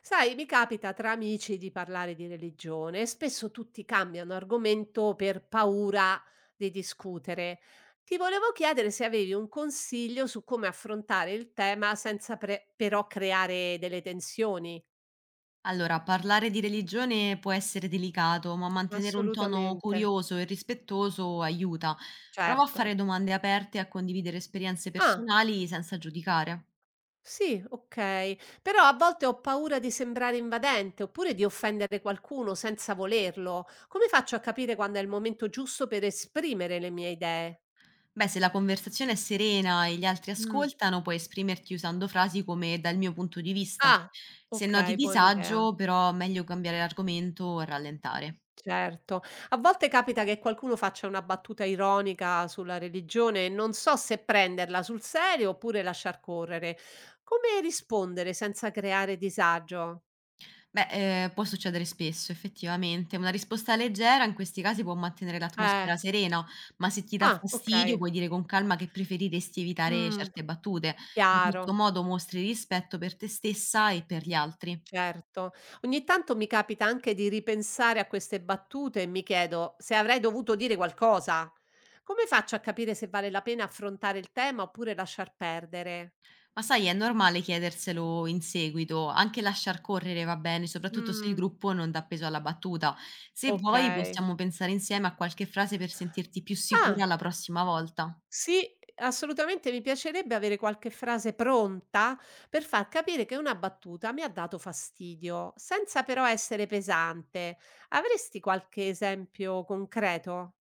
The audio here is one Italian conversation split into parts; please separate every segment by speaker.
Speaker 1: Sai, mi capita tra amici di parlare di religione e spesso tutti cambiano argomento per paura di discutere. Ti volevo chiedere se avevi un consiglio su come affrontare il tema senza però creare delle tensioni.
Speaker 2: Allora, parlare di religione può essere delicato, ma mantenere un tono
Speaker 1: Assolutamente.
Speaker 2: curioso e rispettoso aiuta. Prova a
Speaker 1: Certo.
Speaker 2: fare domande aperte e a condividere esperienze
Speaker 1: Ah,
Speaker 2: personali senza giudicare.
Speaker 1: sì, ok. Però a volte ho paura di sembrare invadente oppure di offendere qualcuno senza volerlo. Come faccio a capire quando è il momento giusto per esprimere le mie idee?
Speaker 2: Beh, se la conversazione è serena e gli altri ascoltano, puoi esprimerti usando frasi come dal mio punto di vista.
Speaker 1: Ah,
Speaker 2: Se noti
Speaker 1: okay, buona idea,
Speaker 2: disagio, però, meglio cambiare argomento e rallentare.
Speaker 1: certo. A volte capita che qualcuno faccia una battuta ironica sulla religione e non so se prenderla sul serio oppure lasciar correre. Come rispondere senza creare disagio?
Speaker 2: Beh, può succedere spesso effettivamente. Una risposta leggera in questi casi può mantenere
Speaker 1: Eh,
Speaker 2: l'atmosfera serena, ma se ti dà
Speaker 1: ah,
Speaker 2: fastidio
Speaker 1: okay.
Speaker 2: puoi dire con calma che preferiresti evitare
Speaker 1: Mh,
Speaker 2: certe battute. In
Speaker 1: chiaro,
Speaker 2: questo modo mostri rispetto per te stessa e per gli altri.
Speaker 1: certo. Ogni tanto mi capita anche di ripensare a queste battute e mi chiedo se avrei dovuto dire qualcosa. Come faccio a capire se vale la pena affrontare il tema oppure lasciar perdere?
Speaker 2: Ma sai, è normale chiederselo in seguito, anche lasciar correre va bene, soprattutto se il
Speaker 1: Mh.
Speaker 2: gruppo non dà peso alla battuta. Se vuoi
Speaker 1: Okay.
Speaker 2: possiamo pensare insieme a qualche frase per sentirti più
Speaker 1: Ah,
Speaker 2: sicura la prossima volta.
Speaker 1: sì, assolutamente mi piacerebbe avere qualche frase pronta per far capire che una battuta mi ha dato fastidio, senza però essere pesante. Avresti qualche esempio concreto?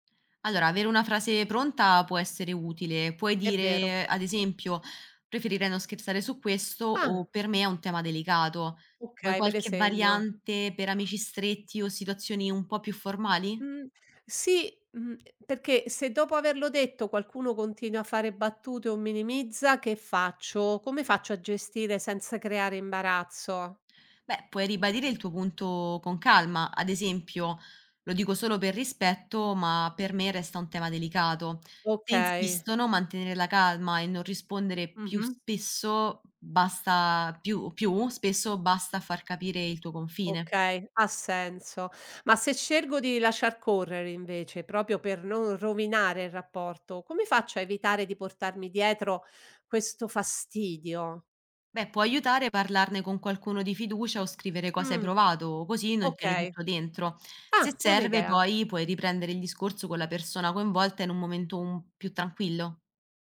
Speaker 2: Allora, avere una frase pronta può essere utile. Puoi
Speaker 1: È vero.
Speaker 2: dire, ad esempio: "Preferirei non scherzare su questo" o
Speaker 1: Ah,
Speaker 2: "Per me è un tema delicato". Vuoi
Speaker 1: okay, me le
Speaker 2: qualche
Speaker 1: segno.
Speaker 2: variante per amici stretti o situazioni un po' più formali?
Speaker 1: Mh, sì, mhmm, perché se dopo averlo detto qualcuno continua a fare battute o minimizza, che faccio? Come faccio a gestire senza creare imbarazzo?
Speaker 2: Beh, puoi ribadire il tuo punto con calma, ad esempio: "Lo dico solo per rispetto, ma per me resta un tema delicato". Se
Speaker 1: Okay.
Speaker 2: insistono, mantenere la calma e non rispondere più
Speaker 1: Mh-mh.
Speaker 2: spesso basta più più spesso basta far capire il tuo confine.
Speaker 1: Okay, ha senso. Ma se scelgo di lasciar correre invece, proprio per non rovinare il rapporto, come faccio a evitare di portarmi dietro questo fastidio?
Speaker 2: Beh, può aiutare a parlarne con qualcuno di fiducia o scrivere cosa hai
Speaker 1: Mh,
Speaker 2: provato, così non tieni
Speaker 1: okay.
Speaker 2: tutto dentro. Se
Speaker 1: Ah, buona
Speaker 2: serve,
Speaker 1: idea.
Speaker 2: poi puoi riprendere il discorso con la persona coinvolta in un momento più tranquillo.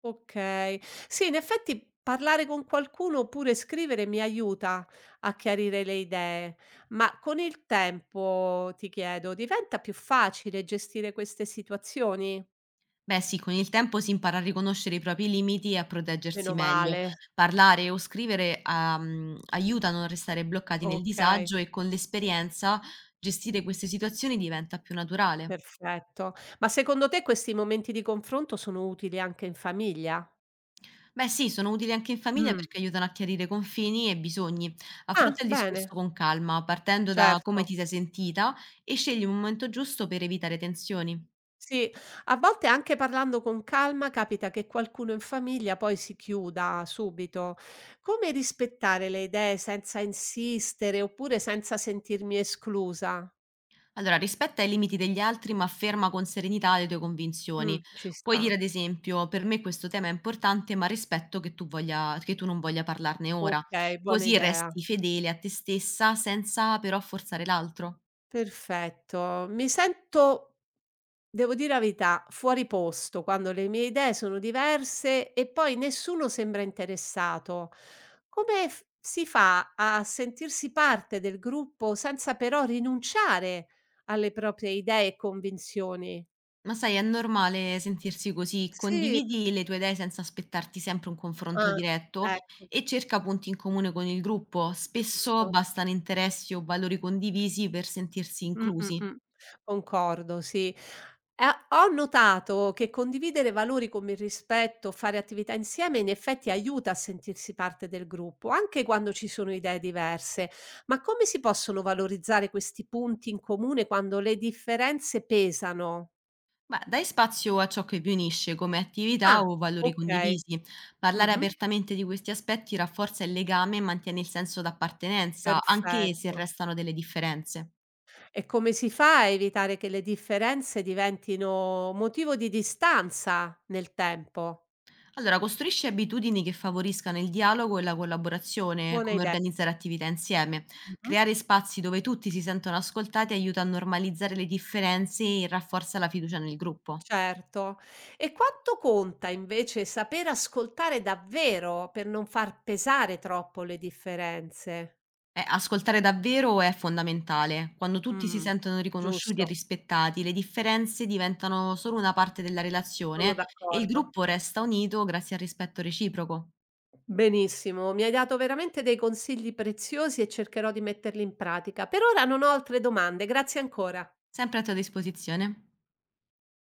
Speaker 1: Okay. Sì, in effetti parlare con qualcuno oppure scrivere mi aiuta a chiarire le idee, ma con il tempo, ti chiedo, diventa più facile gestire queste situazioni?
Speaker 2: Beh, sì, con il tempo si impara a riconoscere i propri limiti e a proteggersi
Speaker 1: Meno
Speaker 2: meglio.
Speaker 1: male,
Speaker 2: Parlare o scrivere aiuta a non restare bloccati nel
Speaker 1: okay.
Speaker 2: disagio e con l'esperienza gestire queste situazioni diventa più naturale.
Speaker 1: Perfetto. Ma secondo te questi momenti di confronto sono utili anche in famiglia?
Speaker 2: Beh sì, sono utili anche in famiglia
Speaker 1: Mh.
Speaker 2: perché aiutano a chiarire confini e bisogni.
Speaker 1: Ah,
Speaker 2: Affronta il discorso
Speaker 1: bene,
Speaker 2: con calma, partendo da come ti
Speaker 1: certo.
Speaker 2: sei sentita e scegli un momento giusto per evitare tensioni.
Speaker 1: Sì, a volte anche parlando con calma capita che qualcuno in famiglia poi si chiuda subito. Come rispettare le idee senza insistere oppure senza sentirmi esclusa?
Speaker 2: Allora, rispetta i limiti degli altri, ma afferma con serenità le tue convinzioni.
Speaker 1: Ci
Speaker 2: Puoi dire,
Speaker 1: sta.
Speaker 2: ad esempio, per me questo tema è importante, ma rispetto che tu, che tu non voglia parlarne ora.
Speaker 1: Okay, buona
Speaker 2: Così
Speaker 1: idea.
Speaker 2: resti fedele a te stessa senza però forzare l'altro.
Speaker 1: Perfetto. Mi sento, devo dire la verità, fuori posto, quando le mie idee sono diverse e poi nessuno sembra interessato. Si fa a sentirsi parte del gruppo senza però rinunciare alle proprie idee e convinzioni?
Speaker 2: Ma sai, è normale sentirsi così.
Speaker 1: Sì,
Speaker 2: Condividi le tue idee senza aspettarti sempre un confronto
Speaker 1: ah,
Speaker 2: diretto
Speaker 1: ecco,
Speaker 2: e cerca punti in comune con il gruppo. Spesso
Speaker 1: giusto.
Speaker 2: bastano interessi o valori condivisi per sentirsi
Speaker 1: Mh, mh,
Speaker 2: inclusi.
Speaker 1: mh. Concordo, sì. E ho notato che condividere valori come il rispetto, fare attività insieme, in effetti aiuta a sentirsi parte del gruppo, anche quando ci sono idee diverse. Ma come si possono valorizzare questi punti in comune quando le differenze pesano?
Speaker 2: Ma dai spazio a ciò che vi unisce, come attività
Speaker 1: Ah,
Speaker 2: o valori
Speaker 1: okay.
Speaker 2: condivisi. Parlare
Speaker 1: Mh-mh.
Speaker 2: apertamente di questi aspetti rafforza il legame e mantiene il senso d'appartenenza, anche se
Speaker 1: Perfetto.
Speaker 2: restano delle differenze.
Speaker 1: E come si fa a evitare che le differenze diventino motivo di distanza nel tempo?
Speaker 2: Allora, costruisci abitudini che favoriscano il dialogo e la collaborazione,
Speaker 1: Buona
Speaker 2: come
Speaker 1: idea.
Speaker 2: organizzare attività insieme.
Speaker 1: Mh-mh.
Speaker 2: Creare spazi dove tutti si sentono ascoltati aiuta a normalizzare le differenze e rafforza la fiducia nel gruppo.
Speaker 1: Certo. E quanto conta invece saper ascoltare davvero per non far pesare troppo le differenze?
Speaker 2: Ascoltare davvero è fondamentale. Quando tutti si
Speaker 1: Mh,
Speaker 2: sentono riconosciuti e
Speaker 1: giusto,
Speaker 2: rispettati, le differenze diventano solo una parte della
Speaker 1: sono
Speaker 2: relazione e il
Speaker 1: d'accordo.
Speaker 2: gruppo resta unito grazie al rispetto reciproco.
Speaker 1: Benissimo, mi hai dato veramente dei consigli preziosi e cercherò di metterli in pratica. Per ora non ho altre domande, grazie ancora.
Speaker 2: Sempre a tua disposizione.